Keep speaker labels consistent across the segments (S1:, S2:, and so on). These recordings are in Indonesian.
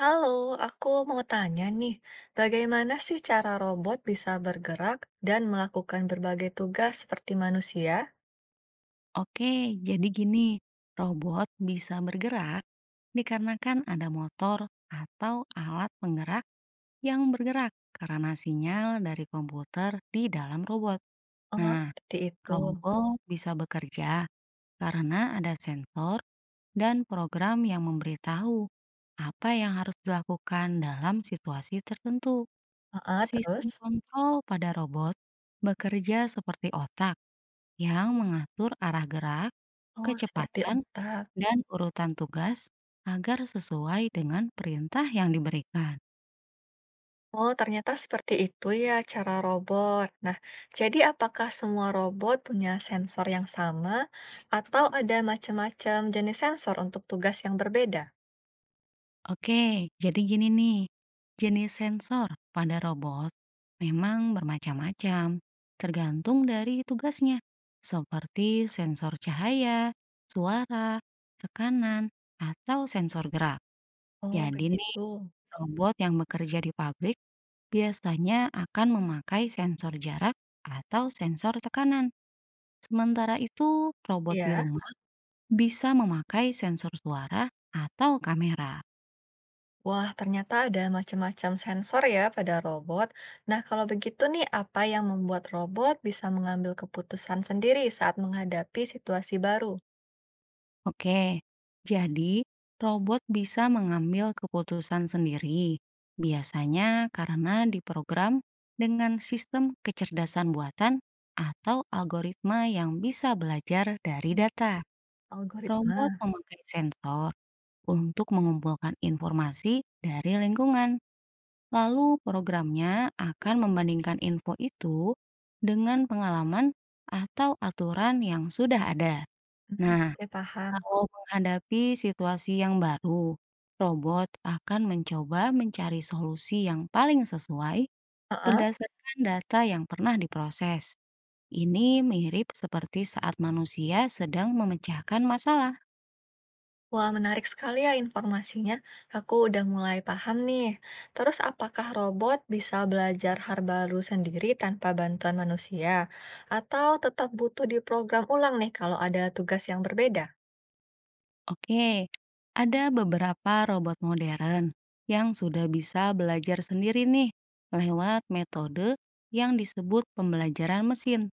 S1: Halo, aku mau tanya nih, bagaimana sih cara robot bisa bergerak dan melakukan berbagai tugas seperti manusia?
S2: Oke, jadi gini, robot bisa bergerak dikarenakan ada motor atau alat penggerak yang bergerak karena sinyal dari komputer di dalam robot.
S1: Oh,
S2: Nah,
S1: seperti itu.
S2: robot bisa bekerja karena ada sensor dan program yang memberitahu apa yang harus dilakukan dalam situasi tertentu.
S1: Ah,
S2: Sistem
S1: terus?
S2: kontrol pada robot bekerja seperti otak yang mengatur arah gerak,
S1: Oh, seperti
S2: kecepatan,
S1: otak.
S2: dan urutan tugas agar sesuai dengan perintah yang diberikan.
S1: Oh, ternyata seperti itu ya cara robot. Nah, jadi apakah semua robot punya sensor yang sama atau ada macam-macam jenis sensor untuk tugas yang berbeda?
S2: Oke, jadi gini nih, jenis sensor pada robot memang bermacam-macam, tergantung dari tugasnya, seperti sensor cahaya, suara, tekanan, atau sensor gerak.
S1: Oh,
S2: Jadi nih,
S1: begitu.
S2: robot yang bekerja di pabrik biasanya akan memakai sensor jarak atau sensor tekanan. Sementara itu, robot di
S1: Ya.
S2: rumah bisa memakai sensor suara atau kamera.
S1: Wah, ternyata ada macam-macam sensor ya pada robot. Nah, kalau begitu nih, apa yang membuat robot bisa mengambil keputusan sendiri saat menghadapi situasi baru?
S2: Oke, jadi robot bisa mengambil keputusan sendiri, biasanya karena diprogram dengan sistem kecerdasan buatan atau algoritma yang bisa belajar dari
S1: Hmm,
S2: data. Robot
S1: algoritma.
S2: memakai sensor untuk mengumpulkan informasi dari lingkungan. Lalu programnya akan membandingkan info itu dengan pengalaman atau aturan yang sudah ada.
S1: Hmm,
S2: Nah,
S1: oke, paham.
S2: kalau menghadapi situasi yang baru, robot akan mencoba mencari solusi yang paling sesuai
S1: Heeh.
S2: berdasarkan data yang pernah diproses. Ini mirip seperti saat manusia sedang memecahkan masalah.
S1: Wah, menarik sekali ya informasinya. Aku udah mulai paham nih. Terus, apakah robot bisa belajar hal baru sendiri tanpa bantuan manusia? Atau tetap butuh diprogram ulang nih kalau ada tugas yang berbeda?
S2: Oke, ada beberapa robot modern yang sudah bisa belajar sendiri nih lewat metode yang disebut pembelajaran mesin.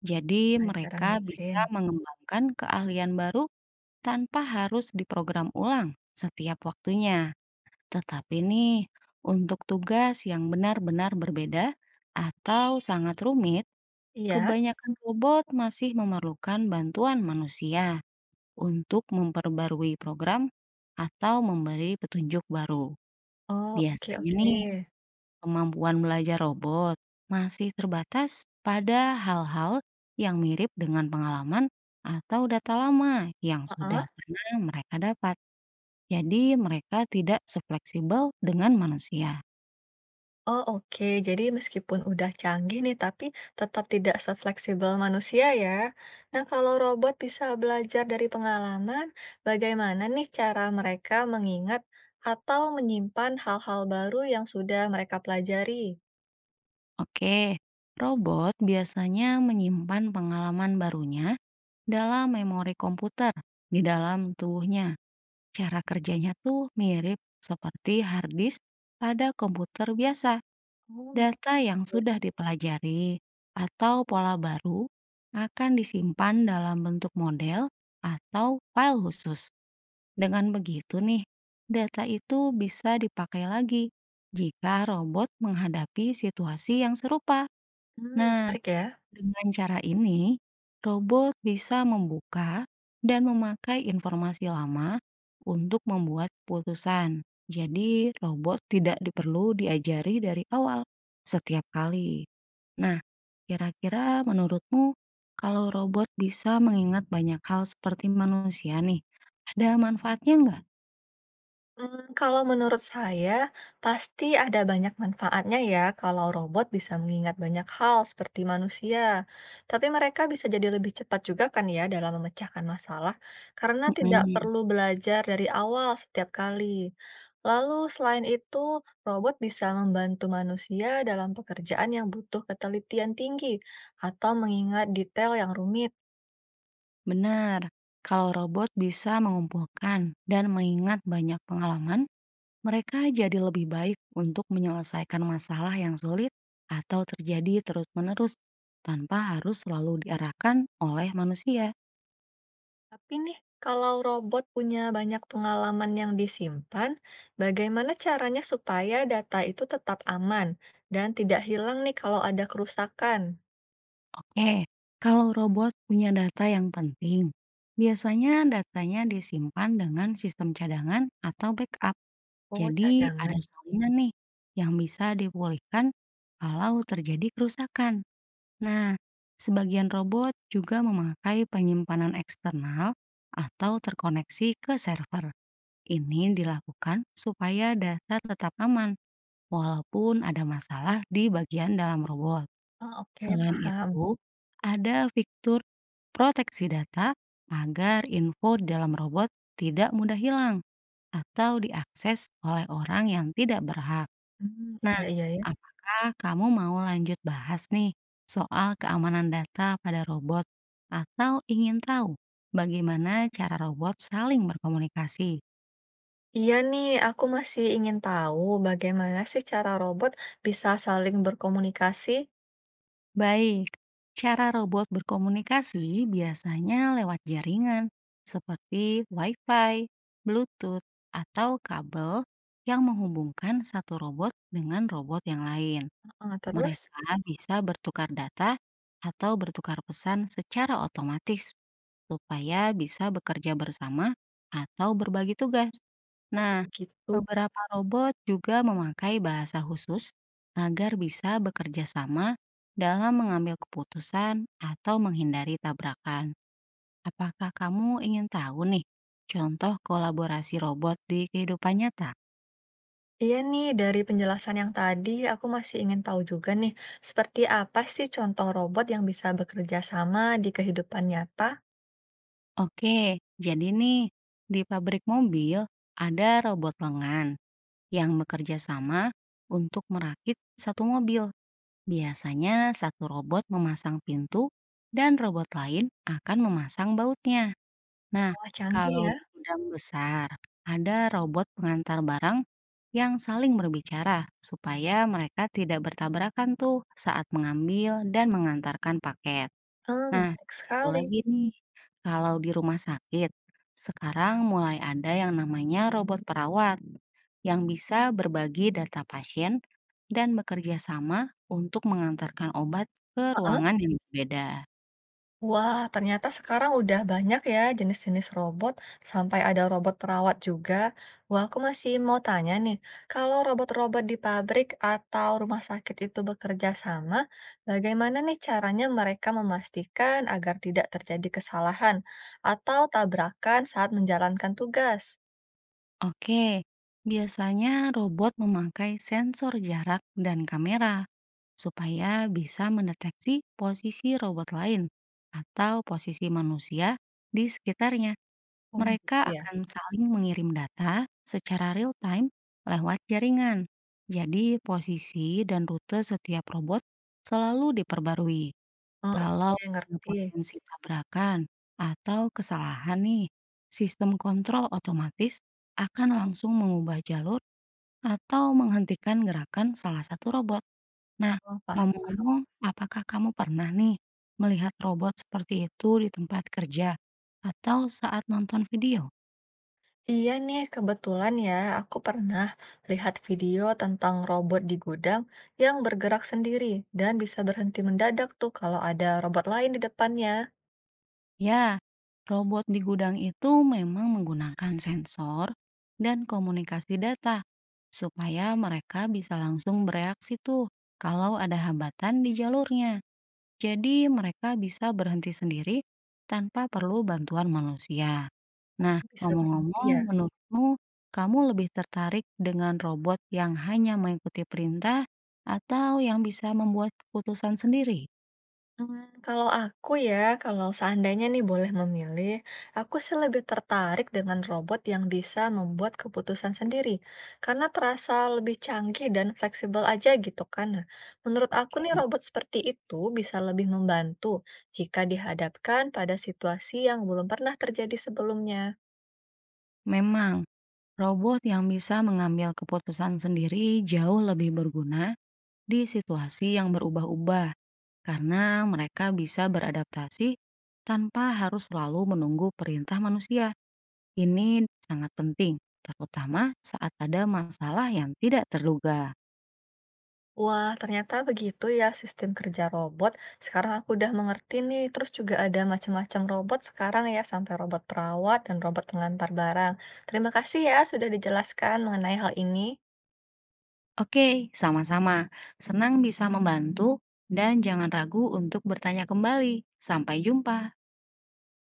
S2: Jadi
S1: Ajaran
S2: mereka bisa
S1: mesin.
S2: mengembangkan keahlian baru tanpa harus diprogram ulang setiap waktunya. Tetapi nih, untuk tugas yang benar-benar berbeda atau sangat rumit,
S1: Iya.
S2: kebanyakan robot masih memerlukan bantuan manusia untuk memperbarui program atau memberi petunjuk baru.
S1: Oh, oke,
S2: Biasanya
S1: oke.
S2: nih, kemampuan belajar robot masih terbatas pada hal-hal yang mirip dengan pengalaman atau data lama yang
S1: Heeh.
S2: sudah pernah mereka dapat. Jadi mereka tidak sefleksibel dengan manusia.
S1: Oh, oke. Jadi meskipun udah canggih nih, tapi tetap tidak sefleksibel manusia ya. Nah, kalau robot bisa belajar dari pengalaman, bagaimana nih cara mereka mengingat atau menyimpan hal-hal baru yang sudah mereka pelajari?
S2: Oke, robot biasanya menyimpan pengalaman barunya dalam memori komputer di dalam tubuhnya. Cara kerjanya tuh mirip seperti hard disk pada komputer biasa.
S1: Oh, iya.
S2: Data yang
S1: Yes.
S2: sudah dipelajari atau pola baru akan disimpan dalam bentuk model atau file khusus. Dengan begitu nih, data itu bisa dipakai lagi jika robot menghadapi situasi yang serupa.
S1: Hmm,
S2: Nah,
S1: menarik ya.
S2: dengan cara ini, robot bisa membuka dan memakai informasi lama untuk membuat keputusan. Jadi, robot tidak perlu diajari dari awal setiap kali. Nah, kira-kira menurutmu kalau robot bisa mengingat banyak hal seperti manusia nih, ada manfaatnya nggak?
S1: Kalau menurut saya, pasti ada banyak manfaatnya ya kalau robot bisa mengingat banyak hal seperti manusia. Tapi mereka bisa jadi lebih cepat juga kan ya dalam memecahkan masalah, karena tidak
S2: Mm-mm.
S1: perlu belajar dari awal setiap kali. Lalu selain itu, robot bisa membantu manusia dalam pekerjaan yang butuh ketelitian tinggi atau mengingat detail yang rumit.
S2: Benar, kalau robot bisa mengumpulkan dan mengingat banyak pengalaman, mereka jadi lebih baik untuk menyelesaikan masalah yang sulit atau terjadi terus-menerus tanpa harus selalu diarahkan oleh manusia.
S1: Tapi nih, kalau robot punya banyak pengalaman yang disimpan, bagaimana caranya supaya data itu tetap aman dan tidak hilang nih kalau ada kerusakan?
S2: Oke, kalau robot punya data yang penting, biasanya datanya disimpan dengan sistem cadangan atau backup.
S1: Oh,
S2: Jadi ada
S1: cadangan.
S2: salinan nih yang bisa dipulihkan kalau terjadi kerusakan. Nah, sebagian robot juga memakai penyimpanan eksternal atau terkoneksi ke server. Ini dilakukan supaya data tetap aman walaupun ada masalah di bagian dalam robot.
S1: Oh, oke,
S2: Selain
S1: paham.
S2: itu, ada fitur proteksi data agar info di dalam robot tidak mudah hilang atau diakses oleh orang yang tidak berhak.
S1: Hmm,
S2: Nah,
S1: iya, iya, ya.
S2: apakah kamu mau lanjut bahas nih soal keamanan data pada robot atau ingin tahu bagaimana cara robot saling berkomunikasi?
S1: Iya nih, aku masih ingin tahu bagaimana sih cara robot bisa saling berkomunikasi.
S2: Baik, cara robot berkomunikasi biasanya lewat jaringan seperti Wi-Fi, Bluetooth, atau kabel yang menghubungkan satu robot dengan robot yang lain.
S1: Ah, terus?
S2: Mereka bisa bertukar data atau bertukar pesan secara otomatis supaya bisa bekerja bersama atau berbagi tugas.
S1: Oh,
S2: Nah,
S1: begitu.
S2: beberapa robot juga memakai bahasa khusus agar bisa bekerja sama dalam mengambil keputusan atau menghindari tabrakan. Apakah kamu ingin tahu nih contoh kolaborasi robot di kehidupan nyata?
S1: Iya nih, dari penjelasan yang tadi, aku masih ingin tahu juga nih, seperti apa sih contoh robot yang bisa bekerja sama di kehidupan nyata?
S2: Oke, jadi nih di pabrik mobil ada robot lengan yang bekerja sama untuk merakit satu mobil. Biasanya satu robot memasang pintu dan robot lain akan memasang bautnya. Nah,
S1: Malah canggih
S2: kalau
S1: ya.
S2: di gudang besar ada robot pengantar barang yang saling berbicara supaya mereka tidak bertabrakan tuh saat mengambil dan mengantarkan paket.
S1: Hmm,
S2: Nah,
S1: menarik
S2: satu
S1: sekali.
S2: lagi nih, kalau di rumah sakit, sekarang mulai ada yang namanya robot perawat yang bisa berbagi data pasien dan bekerja sama untuk mengantarkan obat ke
S1: Heeh.
S2: ruangan yang berbeda.
S1: Wah, ternyata sekarang udah banyak ya jenis-jenis robot, sampai ada robot perawat juga. Wah, aku masih mau tanya nih, kalau robot-robot di pabrik atau rumah sakit itu bekerja sama, bagaimana nih caranya mereka memastikan agar tidak terjadi kesalahan atau tabrakan saat menjalankan tugas?
S2: Oke, biasanya robot memakai sensor jarak dan kamera supaya bisa mendeteksi posisi robot lain atau posisi manusia di sekitarnya.
S1: Oh,
S2: Mereka
S1: gitu ya.
S2: akan saling mengirim data secara real time lewat jaringan. Jadi, posisi dan rute setiap robot selalu diperbarui.
S1: Oh,
S2: Kalau
S1: oke,
S2: ada
S1: ngerti.
S2: potensi tabrakan atau kesalahan nih, sistem kontrol otomatis akan langsung mengubah jalur atau menghentikan gerakan salah satu robot. Nah,
S1: Oh, paham.
S2: ngomong-ngomong, apakah kamu pernah nih melihat robot seperti itu di tempat kerja atau saat nonton video?
S1: Iya nih, kebetulan ya, aku pernah lihat video tentang robot di gudang yang bergerak sendiri dan bisa berhenti mendadak tuh kalau ada robot lain di depannya.
S2: Ya, robot di gudang itu memang menggunakan sensor dan komunikasi data supaya mereka bisa langsung bereaksi tuh kalau ada hambatan di jalurnya. Jadi mereka bisa berhenti sendiri tanpa perlu bantuan manusia. Nah,
S1: Bisa berhenti ya.
S2: ngomong-ngomong, menurutmu kamu lebih tertarik dengan robot yang hanya mengikuti perintah atau yang bisa membuat keputusan sendiri?
S1: Kalau aku ya, kalau seandainya nih boleh memilih, aku sih lebih tertarik dengan robot yang bisa membuat keputusan sendiri, karena terasa lebih canggih dan fleksibel aja gitu kan. Nah, menurut aku nih
S2: Oke.
S1: robot seperti itu bisa lebih membantu jika dihadapkan pada situasi yang belum pernah terjadi sebelumnya.
S2: Memang robot yang bisa mengambil keputusan sendiri jauh lebih berguna di situasi yang berubah-ubah karena mereka bisa beradaptasi tanpa harus selalu menunggu perintah manusia. Ini sangat penting, terutama saat ada masalah yang tidak terduga.
S1: Wah, ternyata begitu ya sistem kerja robot. Sekarang aku udah mengerti nih. Terus juga ada macam-macam robot sekarang ya, sampai robot perawat dan robot pengantar barang. Terima kasih ya sudah dijelaskan mengenai hal ini.
S2: Oke, sama-sama. Senang bisa membantu dan jangan ragu untuk bertanya kembali. Sampai jumpa.